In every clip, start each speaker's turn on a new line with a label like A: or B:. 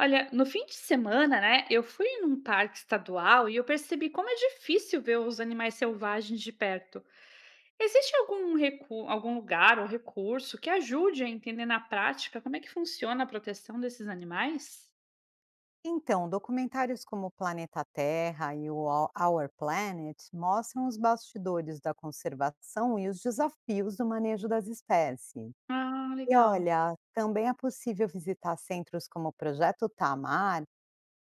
A: Olha, no fim de semana, né, eu fui num parque estadual e eu percebi como é difícil ver os animais selvagens de perto. Existe algum lugar ou recurso que ajude a entender na prática como é que funciona a proteção desses animais?
B: Então, documentários como Planeta Terra e o Our Planet mostram os bastidores da conservação e os desafios do manejo das espécies.
A: Ah,
B: E
A: legal.
B: olha, também é possível visitar centros como o Projeto Tamar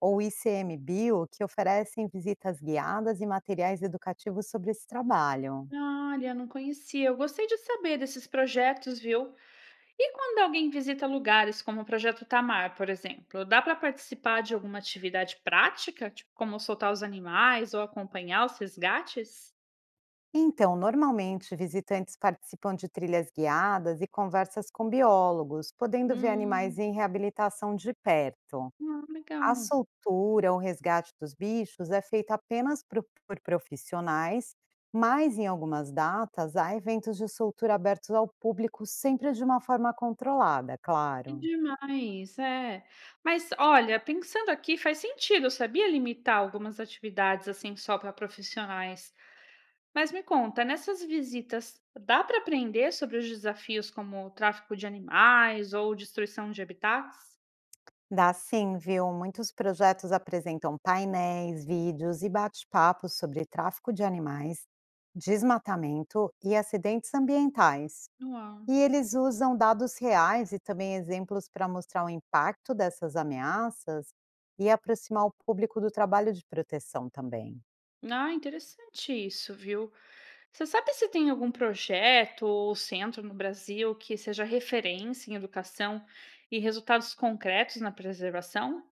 B: ou o ICMBio, que oferecem visitas guiadas e materiais educativos sobre esse trabalho.
A: Olha, não conhecia. Eu gostei de saber desses projetos, viu? E quando alguém visita lugares como o Projeto Tamar, por exemplo, dá para participar de alguma atividade prática, tipo como soltar os animais ou acompanhar os resgates?
B: Então, normalmente, visitantes participam de trilhas guiadas e conversas com biólogos, podendo ver animais
A: Hum.
B: em reabilitação de perto.
A: Ah,
B: A
A: legal.
B: soltura ou resgate dos bichos é feito apenas por profissionais, mas em algumas datas há eventos de soltura abertos ao público, sempre de uma forma controlada,
A: Que
B: claro.
A: demais, é. Mas olha, pensando aqui faz sentido, eu sabia, limitar algumas atividades, assim, só para profissionais. Mas me conta, nessas visitas, dá para aprender sobre os desafios como o tráfico de animais ou destruição de habitats?
B: Dá sim, viu? Muitos projetos apresentam painéis, vídeos e bate-papos sobre tráfico de animais, desmatamento e acidentes ambientais.
A: Uau.
B: E eles usam dados reais e também exemplos para mostrar o impacto dessas ameaças e aproximar o público do trabalho de proteção também.
A: Ah, interessante isso, viu. Você sabe se tem algum projeto ou centro no Brasil que seja referência em educação e resultados concretos na preservação?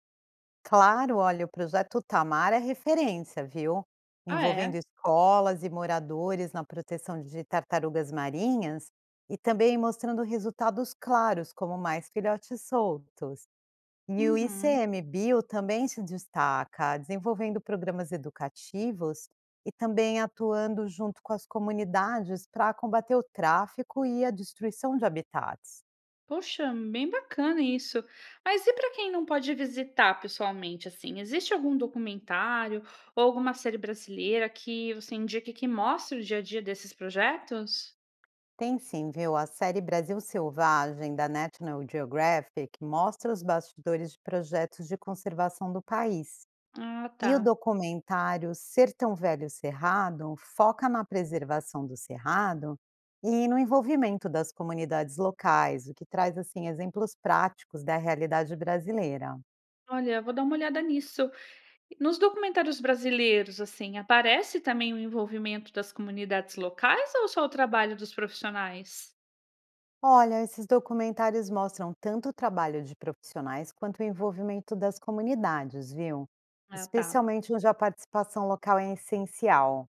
B: Claro, olha, o projeto Tamar é referência, viu?
A: Ah,
B: Envolvendo
A: é?
B: escolas e moradores na proteção de tartarugas marinhas e também mostrando resultados claros, como mais filhotes soltos. E o
A: Uhum.
B: ICMBio também se destaca, desenvolvendo programas educativos e também atuando junto com as comunidades para combater o tráfico e a destruição de habitats.
A: Poxa, bem bacana isso. Mas e para quem não pode visitar pessoalmente, assim, existe algum documentário ou alguma série brasileira que você indique que mostre o dia a dia desses projetos?
B: Tem sim, viu? A série Brasil Selvagem, da National Geographic, mostra os bastidores de projetos de conservação do país.
A: Ah,
B: E o
A: tá.
B: documentário Ser tão Velho Cerrado foca na preservação do cerrado e no envolvimento das comunidades locais, o que traz assim exemplos práticos da realidade brasileira.
A: Olha, vou dar uma olhada nisso. Nos documentários brasileiros, assim, aparece também o envolvimento das comunidades locais ou só o trabalho dos profissionais?
B: Olha, esses documentários mostram tanto o trabalho de profissionais quanto o envolvimento das comunidades, viu?
A: Ah, tá.
B: Especialmente onde a participação local é essencial.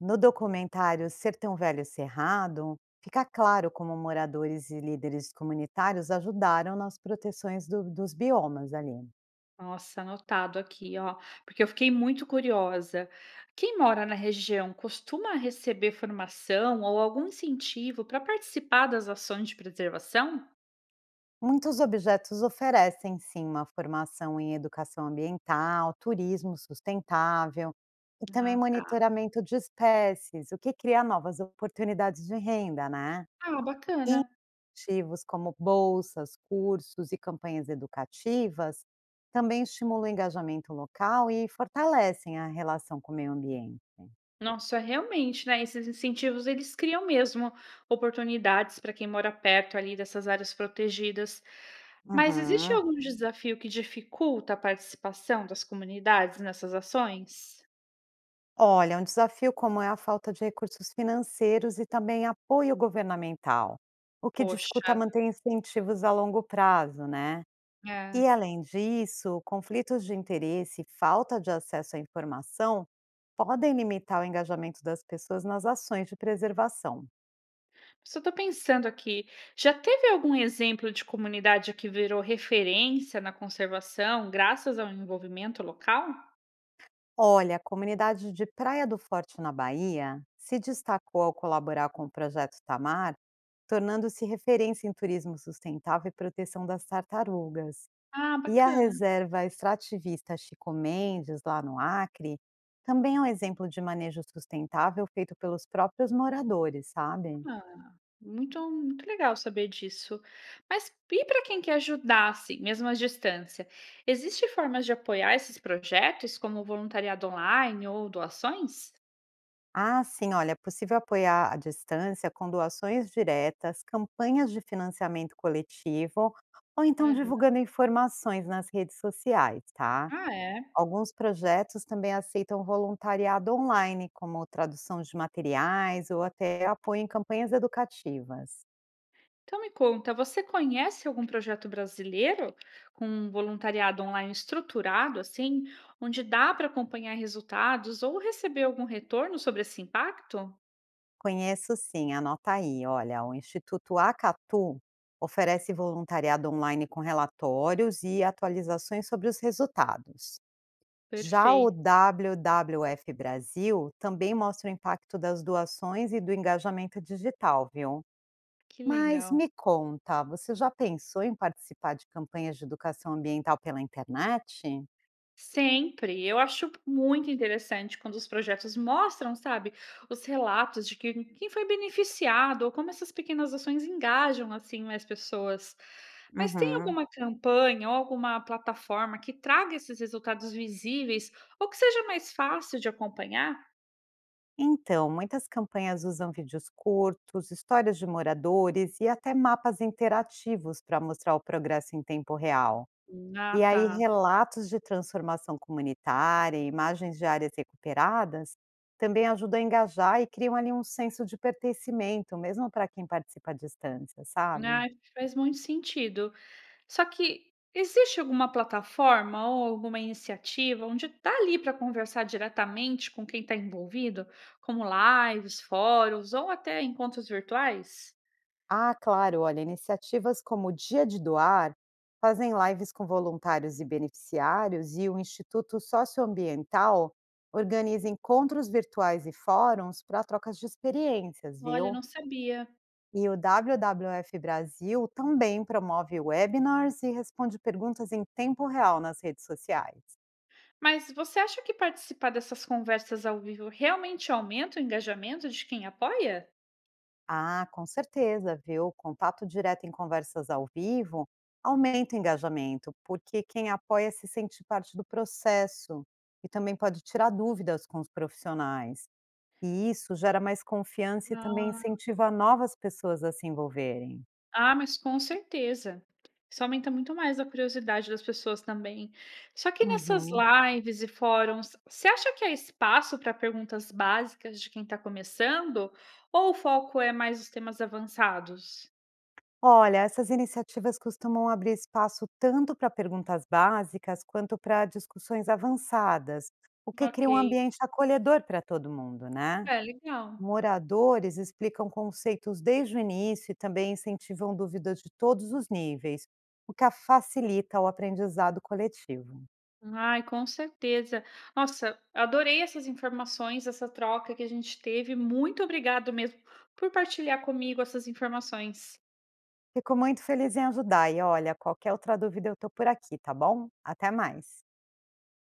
B: No documentário Ser Tão Velho Cerrado, fica claro como moradores e líderes comunitários ajudaram nas proteções dos biomas ali.
A: Nossa, anotado aqui, ó, porque eu fiquei muito curiosa. Quem mora na região costuma receber formação ou algum incentivo para participar das ações de preservação?
B: Muitos objetos oferecem, sim, uma formação em educação ambiental, turismo sustentável e também
A: Ah, tá.
B: monitoramento de espécies, o que cria novas oportunidades de renda, né?
A: Ah, bacana.
B: Ativos como bolsas, cursos e campanhas educativas também estimulam o engajamento local e fortalecem a relação com o meio ambiente.
A: Nossa, realmente, né? Esses incentivos eles criam mesmo oportunidades para quem mora perto ali dessas áreas protegidas. Mas existe
B: Uhum.
A: algum desafio que dificulta a participação das comunidades nessas ações?
B: Olha, um desafio como é a falta de recursos financeiros e também apoio governamental, o que
A: Poxa,
B: dificulta manter incentivos a longo prazo, né?
A: é.
B: E além disso, conflitos de interesse e falta de acesso à informação podem limitar o engajamento das pessoas nas ações de preservação.
A: Só tô pensando aqui, já teve algum exemplo de comunidade que virou referência na conservação, graças ao envolvimento local?
B: Olha, a comunidade de Praia do Forte, na Bahia, se destacou ao colaborar com o projeto Tamar, tornando-se referência em turismo sustentável e proteção das tartarugas.
A: Ah,
B: E a
A: bacana.
B: reserva extrativista Chico Mendes, lá no Acre, também é um exemplo de manejo sustentável feito pelos próprios moradores, sabe?
A: Ah, muito, muito legal saber disso. Mas e para quem quer ajudar, assim, mesmo à distância? Existem formas de apoiar esses projetos, como voluntariado online ou doações?
B: Ah, sim, olha, é possível apoiar à distância com doações diretas, campanhas de financiamento coletivo ou então
A: Aham.
B: divulgando informações nas redes sociais, tá?
A: Ah, é?
B: Alguns projetos também aceitam voluntariado online, como tradução de materiais ou até apoio em campanhas educativas.
A: Então me conta, você conhece algum projeto brasileiro com um voluntariado online estruturado, assim, onde dá para acompanhar resultados ou receber algum retorno sobre esse impacto?
B: Conheço sim, anota aí, olha, o Instituto Acatu oferece voluntariado online com relatórios e atualizações sobre os resultados. Já o
A: Perfeito,
B: WWF Brasil também mostra o impacto das doações e do engajamento digital, viu?
A: que
B: Mas
A: legal.
B: me conta, você já pensou em participar de campanhas de educação ambiental pela internet?
A: Sempre. Eu acho muito interessante quando os projetos mostram, sabe, os relatos de que quem foi beneficiado ou como essas pequenas ações engajam, assim, mais pessoas. Mas tem
B: Uhum.
A: alguma campanha ou alguma plataforma que traga esses resultados visíveis ou que seja mais fácil de acompanhar?
B: Então, muitas campanhas usam vídeos curtos, histórias de moradores e até mapas interativos para mostrar o progresso em tempo real.
A: Ah,
B: E
A: tá.
B: aí relatos de transformação comunitária e imagens de áreas recuperadas também ajudam a engajar e criam ali um senso de pertencimento, mesmo para quem participa à distância, sabe?
A: Ah, faz muito sentido. Só que existe alguma plataforma ou alguma iniciativa onde dá ali para conversar diretamente com quem está envolvido, como lives, fóruns ou até encontros virtuais?
B: Ah, claro, olha, iniciativas como o Dia de Doar fazem lives com voluntários e beneficiários e o Instituto Socioambiental organiza encontros virtuais e fóruns para trocas de experiências,
A: Olha, eu
B: viu?
A: não sabia.
B: E o WWF Brasil também promove webinars e responde perguntas em tempo real nas redes sociais.
A: Mas você acha que participar dessas conversas ao vivo realmente aumenta o engajamento de quem apoia?
B: Ah, com certeza, viu? Contato direto em conversas ao vivo aumenta o engajamento, porque quem apoia se sente parte do processo e também pode tirar dúvidas com os profissionais. E isso gera mais confiança e também
A: Ah,
B: incentiva novas pessoas a se envolverem.
A: Ah, mas com certeza. Isso aumenta muito mais a curiosidade das pessoas também. Só que nessas
B: Uhum.
A: lives e fóruns, você acha que há espaço para perguntas básicas de quem está começando? Ou o foco é mais os temas avançados?
B: Olha, essas iniciativas costumam abrir espaço tanto para perguntas básicas quanto para discussões avançadas, o que cria um
A: Ok.
B: ambiente acolhedor para todo mundo, né?
A: É, legal.
B: Moradores explicam conceitos desde o início e também incentivam dúvidas de todos os níveis, o que facilita o aprendizado coletivo.
A: Ai, com certeza. Nossa, adorei essas informações, essa troca que a gente teve. Muito obrigado mesmo por partilhar comigo essas informações.
B: Fico muito feliz em ajudar e olha, qualquer outra dúvida eu estou por aqui, tá bom? Até mais.